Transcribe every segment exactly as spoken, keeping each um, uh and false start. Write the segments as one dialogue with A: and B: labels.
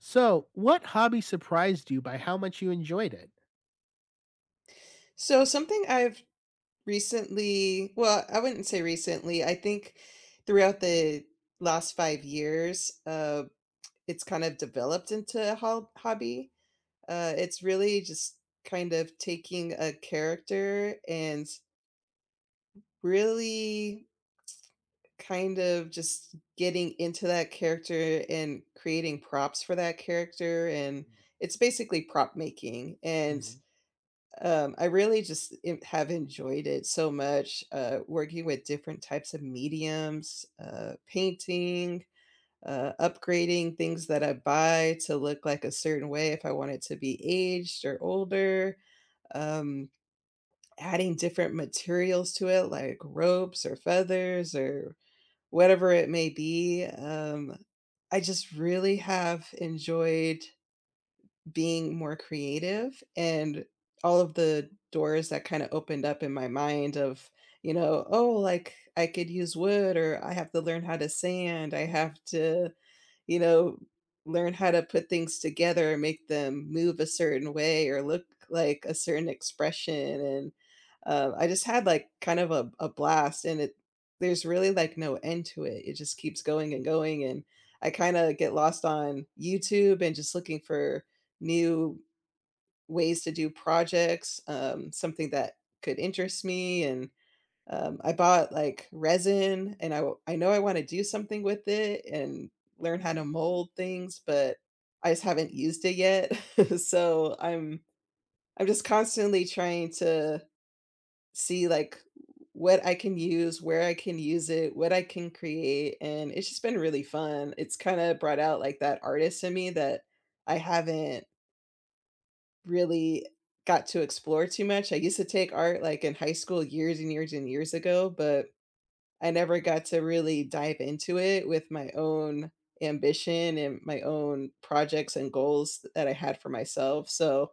A: So, what hobby surprised you by how much you enjoyed it?
B: So something I've recently, well, I wouldn't say recently. I think throughout the last five years, uh, it's kind of developed into a ho- hobby. Uh, it's really just kind of taking a character and really kind of just getting into that character and creating props for that character. And it's basically prop making. And Um, I really just en have enjoyed it so much, uh, working with different types of mediums, uh, painting, uh, upgrading things that I buy to look like a certain way if I want it to be aged or older, um, adding different materials to it like ropes or feathers or whatever it may be, um, I just really have enjoyed being more creative and all of the doors that kind of opened up in my mind of, you know, oh, like I could use wood or I have to learn how to sand. I have to you know, learn how to put things together and make them move a certain way or look like a certain expression. And uh, I just had like kind of a, a blast, and it there's really like no end to it. It just keeps going and going, and I kind of get lost on YouTube and just looking for new ways to do projects, um, something that could interest me and um, I bought, like, resin, and I w I know I wanna do something with it and learn how to mold things, but I just haven't used it yet. So, I'm I'm just constantly trying to see, like, what I can use, where I can use it, what I can create, and it's just been really fun. It's kinda brought out, like, that artist in me that I haven't really got to explore too much. I used to take art, like, in high school years and years and years ago, but I never got to really dive into it with my own ambition and my own projects and goals that I had for myself. So,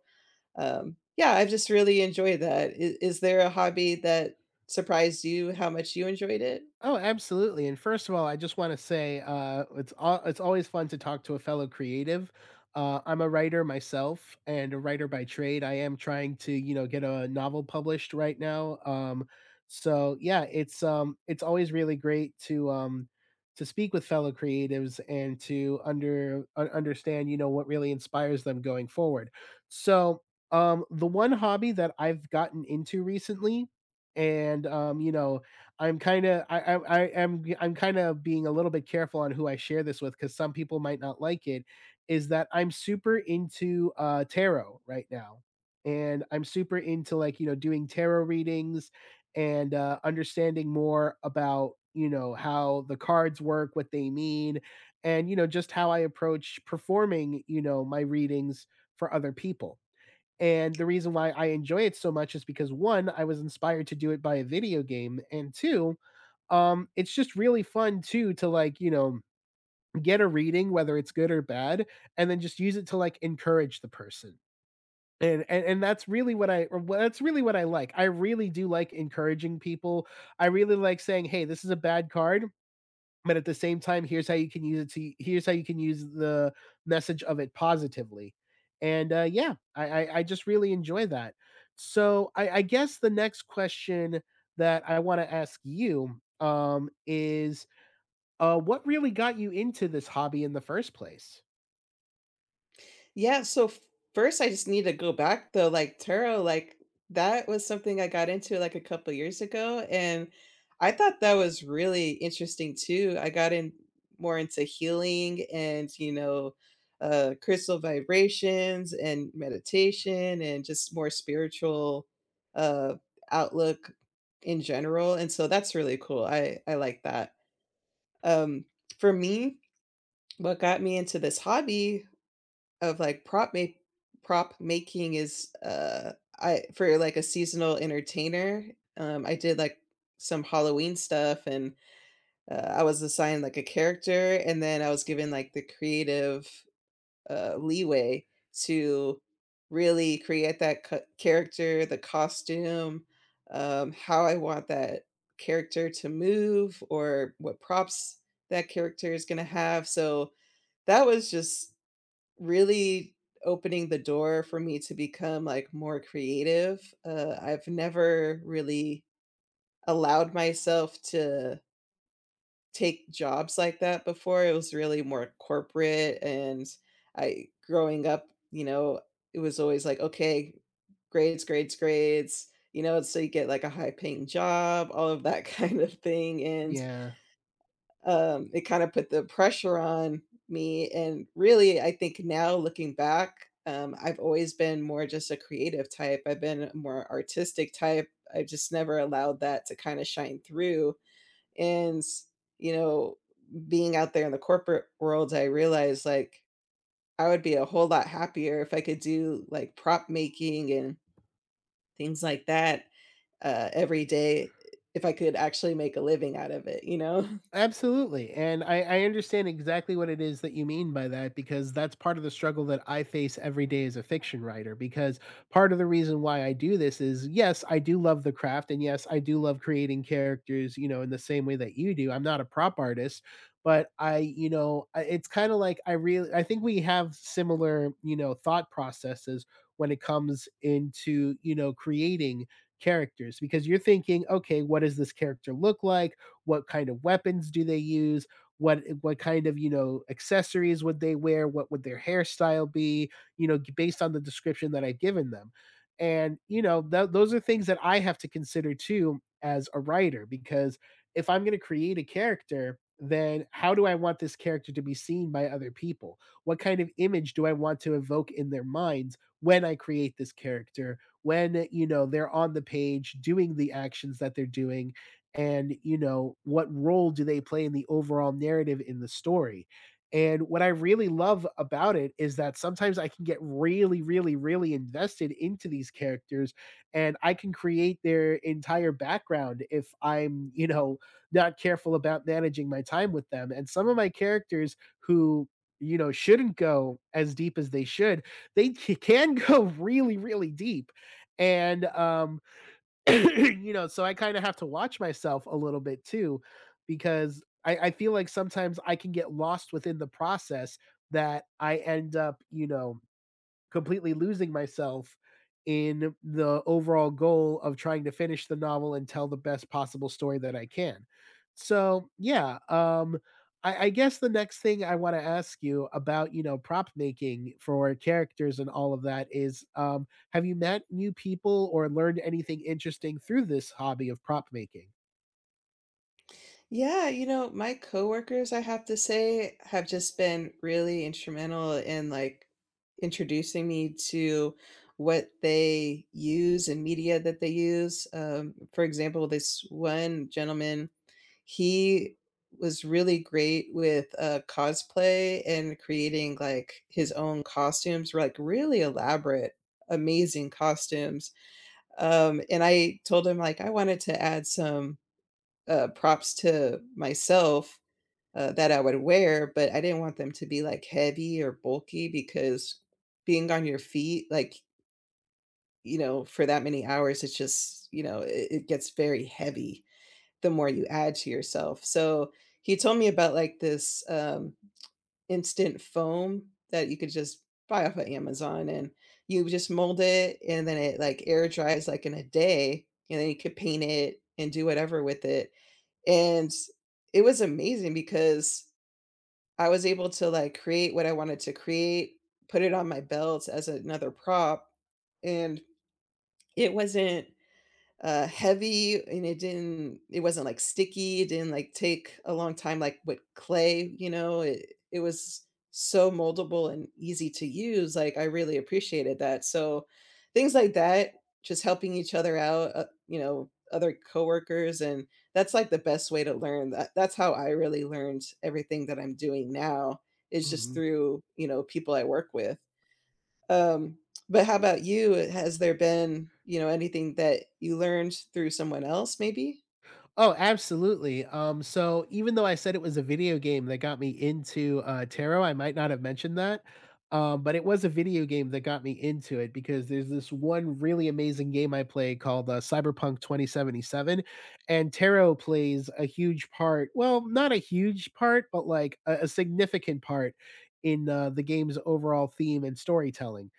B: um, yeah, I've just really enjoyed that. Is, is there a hobby that surprised you how much you enjoyed it?
A: Oh, absolutely. And first of all, I just want to say uh, it's all, it's always fun to talk to a fellow creative. Uh, I'm a writer myself and a writer by trade. I am trying to, you know, get a novel published right now. Um, so yeah, it's um, it's always really great to um, to speak with fellow creatives and to under un- understand, you know, what really inspires them going forward. So um, the one hobby that I've gotten into recently, and um, you know, I'm kind of I, I I am I'm kind of being a little bit careful on who I share this with because some people might not like it. Is that I'm super into uh, tarot right now, and I'm super into like you know doing tarot readings and uh, understanding more about you know how the cards work, what they mean, and you know just how I approach performing you know my readings for other people. And the reason why I enjoy it so much is because one, I was inspired to do it by a video game, and two, um, it's just really fun too to like, you know, get a reading, whether it's good or bad, and then just use it to like encourage the person. And, and and that's really what I or what- that's really what I like. I really do like encouraging people. I really like saying, "Hey, this is a bad card, but at the same time, here's how you can use it to here's how you can use the message of it positively." And uh, yeah, I, I i just really enjoy that. So i i guess the next question that I want to ask you um is uh what really got you into this hobby in the first place?
B: Yeah, so f first I just need to go back though, like tarot, like that was something I got into like a couple years ago, and I thought that was really interesting too. I got in More into healing and, you know, uh, crystal vibrations and meditation and just more spiritual uh, outlook in general. And so that's really cool. I I like that. Um, for me, what got me into this hobby of, like, prop ma prop making is, uh, I for, like, a seasonal entertainer, um, I did, like, some Halloween stuff, and, uh, I was assigned, like, a character, and then I was given, like, the creative, uh, leeway to really create that c character, the costume, um, how I want that character to move or what props that character is gonna have, so that was just really opening the door for me to become, like, more creative. Uh, I've never really allowed myself to take jobs like that before. It was really more corporate, and I growing up, you know, it was always like, "Okay, grades, grades, grades," you know, so you get, like, a high-paying job, all of that kind of thing, and
A: Yeah.
B: um, it kind of put the pressure on me, and really, I think now looking back, um, I've always been more just a creative type. I've been a more artistic type. I've just never allowed that to kind of shine through. And, you know, being out there in the corporate world, I realized like I would be a whole lot happier if I could do like prop making and things like that uh, every day if I could actually make a living out of it, you know?
A: Absolutely. And I, I understand exactly what it is that you mean by that, because that's part of the struggle that I face every day as a fiction writer. Because part of the reason why I do this is yes, I do love the craft. And yes, I do love creating characters, you know, in the same way that you do. I'm not a prop artist, but I, you know, I- it's kind of like I really, I think we have similar, you know, thought processes when it comes into, you know, creating characters, because you're thinking, okay, what does this character look like? What kind of weapons do they use? What eh, what kind of you know accessories would they wear? What would their hairstyle be, you know based on the description that I've given them? And you know th- those are things that I have to consider too as a writer, because if I'm going to create a character, then how do I want this character to be seen by other people? What kind of image do I want to evoke in their minds when I create this character, when eh, you know they're on the page doing the actions that they're doing? And you know what role do they play in the overall narrative, in the story? And what I really love about it is that sometimes I can get really, really, really invested into these characters, and I can create their entire background if I'm, you know not careful about managing my time with them. And some of my characters who, you know shouldn't go as deep as they should, they c- can go really, really deep. And um you know, so I kind of have to watch myself a little bit too, because I, I feel like sometimes I can get lost within the process, that I end up, you know, completely losing myself in the overall goal of trying to finish the novel and tell the best possible story that I can. So yeah, um, I, I guess the next thing I want to ask you about, you know, prop making for characters and all of that is, um, have you met new people or learned anything interesting through this hobby of prop making?
B: Yeah, you know, my coworkers, I have to say, have just been really instrumental in like introducing me to what they use and media that they use. Um, for example, this one gentleman, he was really great with uh, cosplay and creating like his own costumes, like really elaborate, amazing costumes. Um, and I told him like I wanted to add some uh, props to myself uh, that I would wear, but I didn't want them to be like heavy or bulky because being on your feet, like, you know, for that many hours, it's just, you know, it, it gets very heavy the more you add to yourself. So he told me about like this um, instant foam that you could just buy off of Amazon and you just mold it and then it like air dries like in a day and then you could paint it and do whatever with it and it was amazing because I was able to, like, create what I wanted to create, put it on my belt as another prop, and it wasn't uh, heavy and it didn't it wasn't like sticky, it didn't like take a long time like with clay, you know, it, it was so moldable and easy to use, like I really appreciated that. So things like that, just helping each other out, uh, you know, other coworkers, and that's like the best way to learn. That that's how I really learned everything that I'm doing now, is just through, you know, people I work with. um, but how about you? Has there been, you know, anything that you learned through someone else maybe?
A: Oh, absolutely. Um, so even though I said it was a video game that got me into uh, tarot, I might not have mentioned that, um, but it was a video game that got me into it, because there's this one really amazing game I play called uh, Cyberpunk twenty seventy-seven, and tarot plays a huge part. Well, not a huge part, but like a, a significant part in uh, the game's overall theme and storytelling.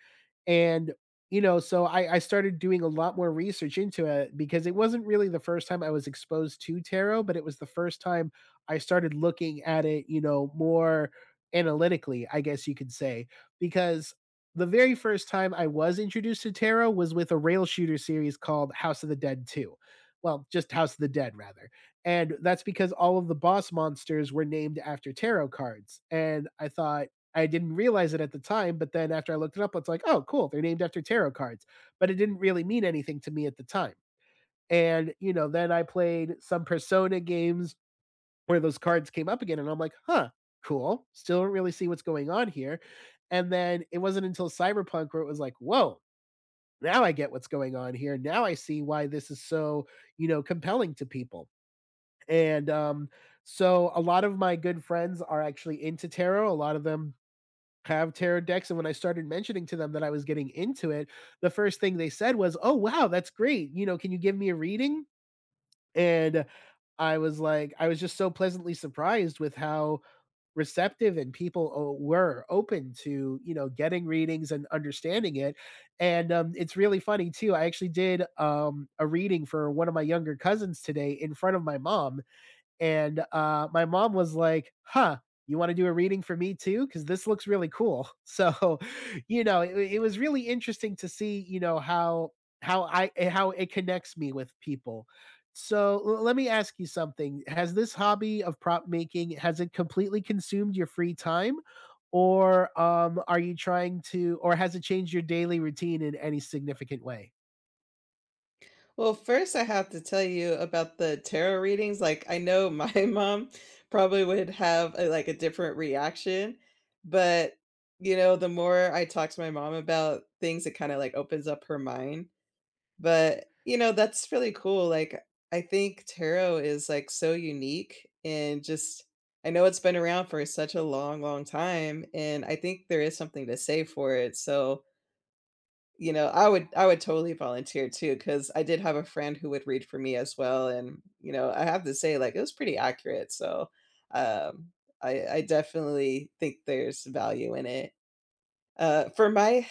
A: And, you know, so I I started doing a lot more research into it, because it wasn't really the first time I was exposed to tarot, but it was the first time I started looking at it, you know, more analytically, I guess you could say, because the very first time I was introduced to tarot was with a rail shooter series called House of the Dead two. Well, just House of the Dead, rather. And that's because all of the boss monsters were named after tarot cards. And I thought, I didn't realize it at the time, but then after I looked it up, it's like, oh, cool, they're named after tarot cards. But it didn't really mean anything to me at the time. And, you know, then I played some Persona games where those cards came up again, and I'm like, huh, cool. Still don't really see what's going on here. And then it wasn't until Cyberpunk where it was like, whoa, now I get what's going on here. Now I see why this is so, you know, compelling to people. And um, so a lot of my good friends are actually into tarot. A lot of them have tarot decks. And when I started mentioning to them that I was getting into it, the first thing they said was, "Oh, wow, that's great. You know, can you give me a reading?" And I was like, I was just so pleasantly surprised with how receptive and people o- were open to, you know, getting readings and understanding it. And um, it's really funny too. I actually did um, a reading for one of my younger cousins today in front of my mom, and uh, my mom was like, huh, you want to do a reading for me too? Because this looks really cool. So, you know, it, it was really interesting to see, you know, how how I eh, how it connects me with people. So l- let me ask you something. Has this hobby of prop making, has it completely consumed your free time, or um are you trying to or has it changed your daily routine in any significant way?
B: Well, first I have to tell you about the tarot readings. Like I know my mom probably would have a, like a different reaction, but you know, the more I talk to my mom about things, it kind of like opens up her mind. But, you know, that's really cool, like, I think tarot is, like, so unique and just I know it's been around for such a long, long time, and I think there is something to say for it, so, you know, I would I would totally volunteer too because I did have a friend who would read for me as well, and, you know, I have to say, like, it was pretty accurate, so, um, I I definitely think there's value in it. Uh, for my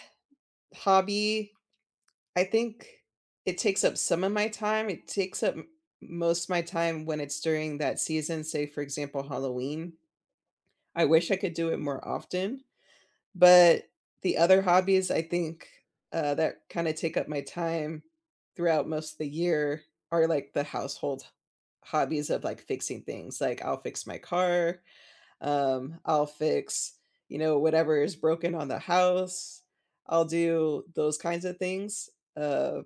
B: hobby I think it takes up some of my time. It takes up m most of my time when it's during that season, say, for example, Halloween. I wish I could do it more often, but the other hobbies, I think, uh, that kinda take up my time throughout most of the year are, like, the household hobbies of, like, fixing things, like, I'll fix my car, um, I'll fix, you know, whatever is broken on the house. I'll do those kinds of things, uh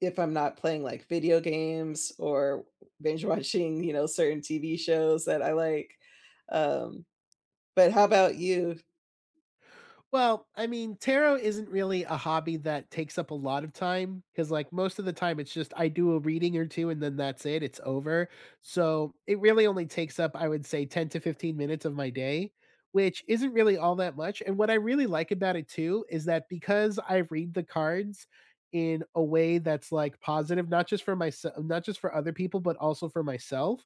B: if I'm not playing, like, video games or binge watching, you know, certain T V shows that I like, um, but how about you?
A: Well, I mean, tarot isn't really a hobby that takes up a lot of time, because, like, most of the time it's just I do a reading or two and then that's it, it's over. So it really only takes up, I would say, ten to fifteen minutes of my day, which isn't really all that much. And what I really like about it too is that because I read the cards in a way that's like positive, not just for myself, not just for other people, but also for myself,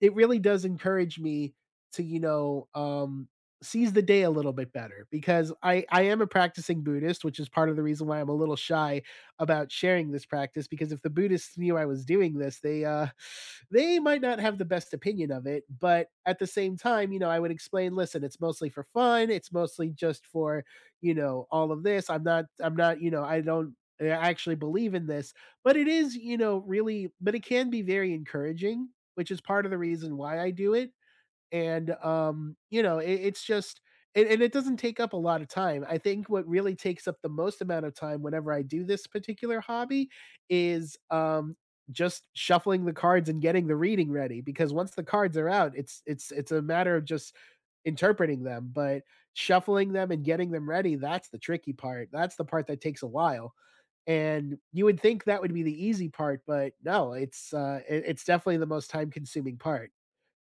A: it really does encourage me to, you know, um, sees the day a little bit better, because I I am a practicing Buddhist, which is part of the reason why I'm a little shy about sharing this practice, because if the Buddhists knew I was doing this, they uh they might not have the best opinion of it. But at the same time, you know, I would explain, listen, it's mostly for fun, it's mostly just for, you know, all of this. I'm not I'm not, you know, I don't I actually believe in this, but it is, you know, really, but it can be very encouraging, which is part of the reason why I do it. And um, you know, it, it's just. And, and it doesn't take up a lot of time. I think what really takes up the most amount of time whenever I do this particular hobby is um just shuffling the cards and getting the reading ready, because once the cards are out, it's it's it's a matter of just interpreting them. But shuffling them and getting them ready, that's the tricky part. That's the part that takes a while. And you would think that would be the easy part, but no, it's uh it, it's definitely the most time consuming part.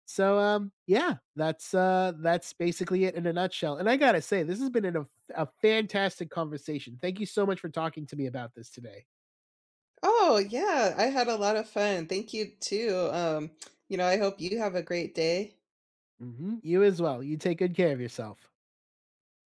A: So um yeah, that's uh that's basically it in a nutshell. And I got to say, this has been an, a, a fantastic conversation. Thank you so much for talking to me about this today.
B: Oh, yeah, I had a lot of fun, thank you too, um, you know, I hope you have a great day.
A: hmm You as well. You take good care of yourself.